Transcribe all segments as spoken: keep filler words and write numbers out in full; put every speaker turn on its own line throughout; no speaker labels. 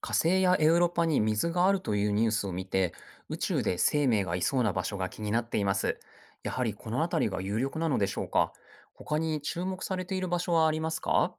火星やエウロパに水があるというニュースを見て、宇宙で生命がいそうな場所が気になっています。やはりこの辺りが有力なのでしょうか。他に注目されている場所はありますか？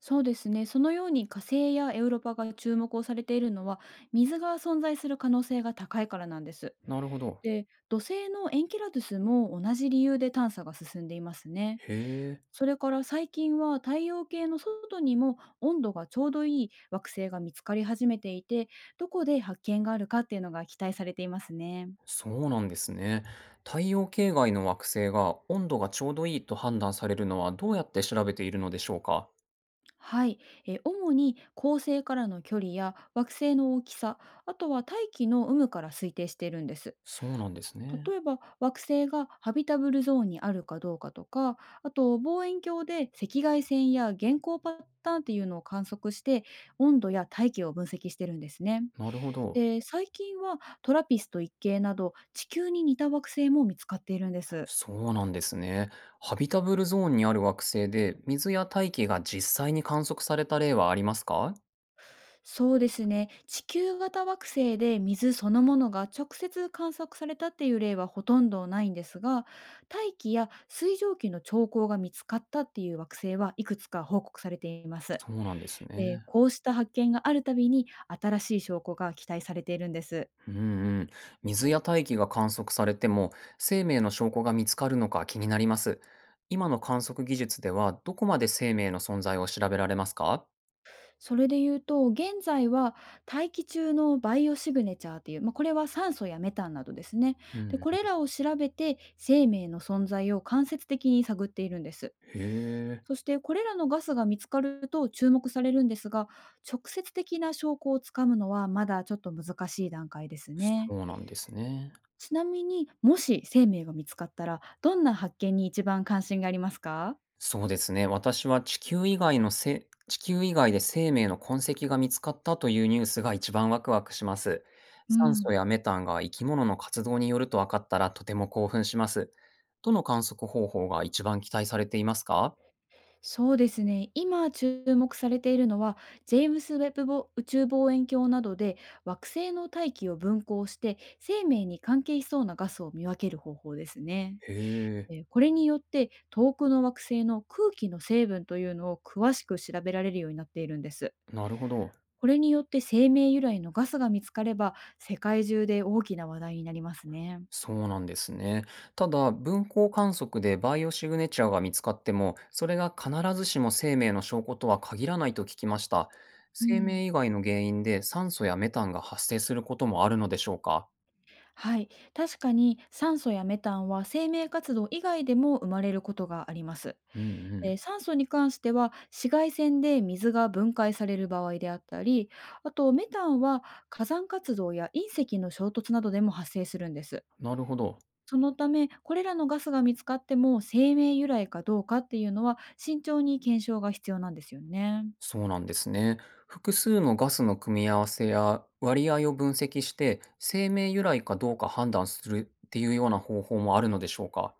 そうですね。そのように火星やエウロパが注目をされているのは、水が存在する可能性が高いからなんです。
なるほど。
で、土星のエンキラドゥスも同じ理由で探査が進んでいますね。
へえ、
それから最近は太陽系の外にも温度がちょうどいい惑星が見つかり始めていて、どこで発見があるかっていうのが期待されていますね。
そうなんですね。太陽系外の惑星が温度がちょうどいいと判断されるのはどうやって調べているのでしょうか。
はい、えー主に恒星からの距離や惑星の大きさ、あとは大気の有無から推定しているんです。
そうなんですね。
例えば惑星がハビタブルゾーンにあるかどうかとか、あと望遠鏡で赤外線や原光パターンっていうのを観測して温度や大気を分析してるんですね。
なるほど。
で、最近はトラピスト一系など地球に似た惑星も見つかっているんです。
そうなんですね。ハビタブルゾーンにある惑星で、水や大気が実際に観測された例はありますか？
そうですね、地球型惑星で水そのものが直接観測されたっていう例はほとんどないんですが、大気や水蒸気の兆候が見つかったっていう惑星はいくつか報告されています。
そうなんです
で、
ね。
こうした発見があるたびに新しい証拠が期待されているんです。
うんうん。水や大気が観測されても、生命の証拠が見つかるのか気になります。今の観測技術では、どこまで生命の存在を調べられますか？
それで言うと、現在は大気中のバイオシグネチャーっていう、まあ、これは酸素やメタンなどですね。
う
で、
んう
これ
ん。
らを調べて生命の存在を間接的に探っているんです。
へえ、
そしてこれらのガスが見つかると注目されるんですが、直接的な証拠をつかむのはまだちょっと難しい段階です
そ
ね。
うなんですね。
ちなみにもし生命が見つかったら、どんな発見に一番関心がありますか？
そうですね。私は地球以外のせ地球以外で生命の痕跡が見つかったというニュースが一番ワクワクします。
う
酸
ん。
素やメタンが生き物の活動によると分かったらとても興奮します。どの観測方法が一番期待されていますか？
そうですね。今注目されているのは、ジェームス・ウェッブぼ宇宙望遠鏡などで惑星の大気を分光して生命に関係しそうなガスを見分ける方法ですね。
へえ、
えーこれによって遠くの惑星の空気の成分というのを詳しく調べられるようになっているんです。
なるほど。
これによって生命由来のガスが見つかれば世界中で大きな話題になりますね。
そうなんですね。ただ、分光観測でバイオシグネチャーが見つかっても、それが必ずしも生命の証拠とは限らないと聞きました。
う
生
ん、
命以外の原因で酸素やメタンが発生することもあるのでしょうか？
はい、確かに酸素やメタンは生命活動以外でも生まれることがあります。
うんう
え
ん。
ー酸素に関しては紫外線で水が分解される場合であったり、あとメタンは火山活動や隕石の衝突などでも発生するんです。
なるほど。
そのためこれらのガスが見つかっても生命由来かどうかっていうのは慎重に検証が必要なんですよね。
そうなんですね。複数のガスの組み合わせや割合を分析して、生命由来かどうか判断するっていうような方法もあるのでしょうか？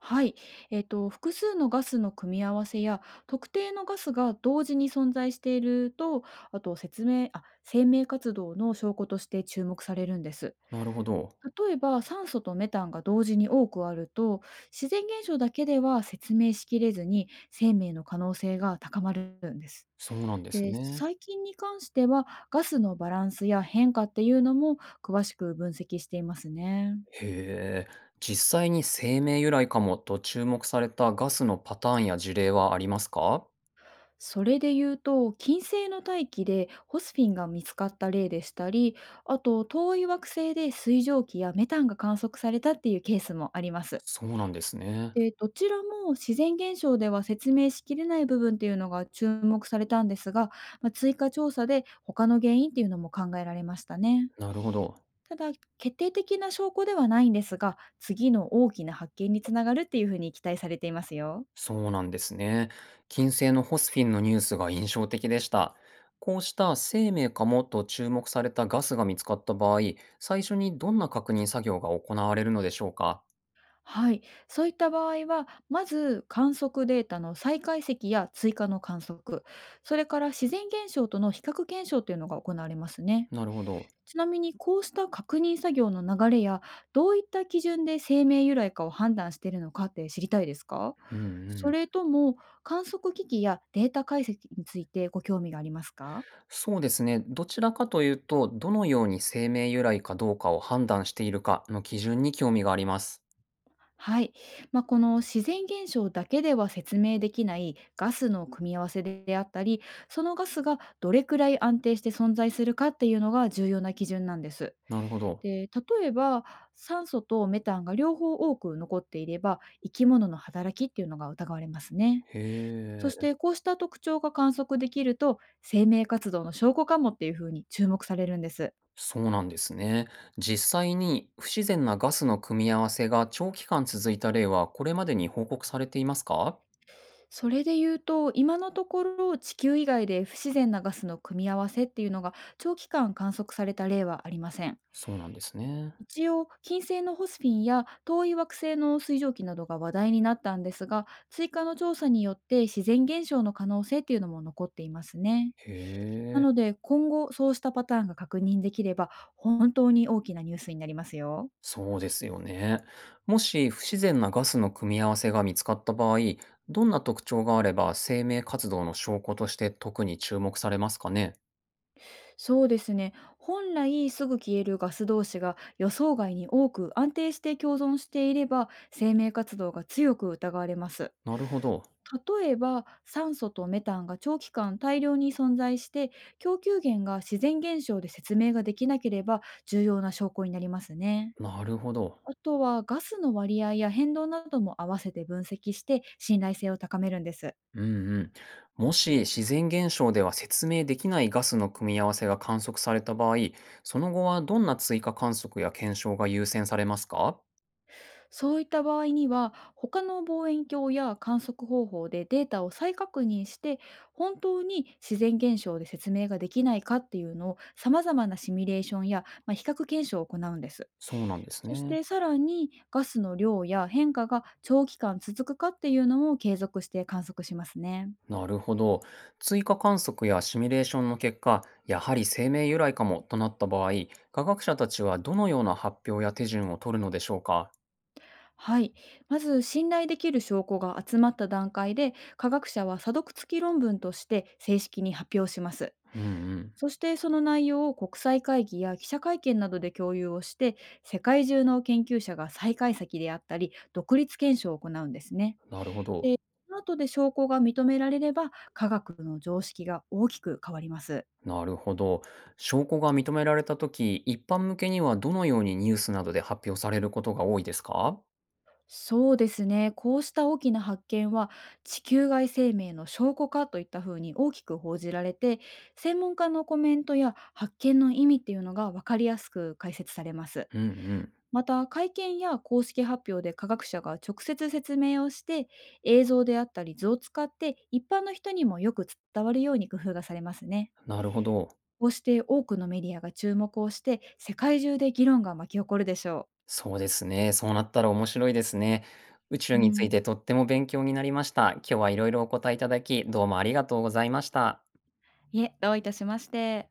はい、えー、と複数のガスの組み合わせや特定のガスが同時に存在していると、あと説明あ生命活動の証拠として注目されるんです。
なるほど。
例えば酸素とメタンが同時に多くあると、自然現象だけでは説明しきれずに生命の可能性が高まるんです。
そうなんです
で、
ね。
最近に関してはガスのバランスや変化っていうのも詳しく分析していますね。
へえ。実際に生命由来かもと注目されたガスのパターンや事例はありますか？
それで言うと、金星の大気でホスフィンが見つかった例でしたり、あと遠い惑星で水蒸気やメタンが観測されたっていうケースもあります。
そうなんですね。
で、どちらも自然現象では説明しきれない部分っていうのが注目されたんですが、まあ、追加調査で他の原因っていうのも考えられましたね。
なるほど。
ただ、決定的な証拠ではないんですが、次の大きな発見につながるっていうふうに期待されていますよ。
そうなんですね。金星のホスフィンのニュースが印象的でした。こうした生命かもと注目されたガスが見つかった場合、最初にどんな確認作業が行われるのでしょうか？
はい、そういった場合は、まず観測データの再解析や追加の観測、それから自然現象との比較検証というのが行われますね。
なるほど。
ちなみにこうした確認作業の流れや、どういった基準で生命由来かを判断しているのかって知りたいですか？
うんう
そ
ん。
れとも観測機器やデータ解析についてご興味がありますか？
そうですね。どちらかというと、どのように生命由来かどうかを判断しているかの基準に興味があります。
はい、まあ、この自然現象だけでは説明できないガスの組み合わせであったり、そのガスがどれくらい安定して存在するかっていうのが重要な基準なんです。
なるほど。
で、例えば酸素とメタンが両方多く残っていれば、生き物の働きっていうのが疑われますね。
へ
そし
え、
てこうした特徴が観測できると、生命活動の証拠かもっていうふうに注目されるんです。
そうなんですね。実際に不自然なガスの組み合わせが長期間続いた例はこれまでに報告されていますか？
それで言うと、今のところ地球以外で不自然なガスの組み合わせっていうのが長期間観測された例はありません。
そうなんですね。
一応、金星のホスフィンや遠い惑星の水蒸気などが話題になったんですが、追加の調査によって自然現象の可能性っていうのも残っていますね。
へ
な
え、
ので、今後そうしたパターンが確認できれば、本当に大きなニュースになりますよ。
そうですよね。もし不自然なガスの組み合わせが見つかった場合、どんな特徴があれば生命活動の証拠として特に注目されますかね？
そうですね。本来すぐ消えるガス同士が予想外に多く安定して共存していれば、生命活動が強く疑われます。
なるほど。
例えば酸素とメタンが長期間大量に存在して、供給源が自然現象で説明ができなければ重要な証拠になりますね。
なるほど。
あとはガスの割合や変動なども合わせて分析して信頼性を高めるんです。
うんうん。もし自然現象では説明できないガスの組み合わせが観測された場合、その後はどんな追加観測や検証が優先されますか？
そういった場合には他の望遠鏡や観測方法でデータを再確認して、本当に自然現象で説明ができないかっていうのをさまざまなシミュレーションや、まあ、比較検証を行うんです。
そうなんです
そし
ね。
てさらにガスの量や変化が長期間続くかっていうのも継続して観測しますね。
なるほど。追加観測やシミュレーションの結果、やはり生命由来かもとなった場合、科学者たちはどのような発表や手順を取るのでしょうか？
はい。まず信頼できる証拠が集まった段階で科学者は査読付き論文として正式に発表します。
うんうん。
そしてその内容を国際会議や記者会見などで共有をして、世界中の研究者が再解析であったり、独立検証を行うんですね。
なるほど。
で、その後で証拠が認められれば、科学の常識が大きく変わります。
なるほど。証拠が認められたとき、一般向けにはどのようにニュースなどで発表されることが多いですか？
そうですね。こうした大きな発見は、地球外生命の証拠かといったふうに大きく報じられて、専門家のコメントや発見の意味っていうのが分かりやすく解説されます。
うんうん。
また、会見や公式発表で科学者が直接説明をして、映像であったり図を使って一般の人にもよく伝わるように工夫がされますね。
なるほど。
こうして多くのメディアが注目をして、世界中で議論が巻き起こるでしょ。
そうですね。そうなったら面白いですね。宇宙
うん。う
につい
ん。
てとっても勉強になりました。今日はいろいろお答えいただき、どうもありがとうございました。
いえ、どういたしまして。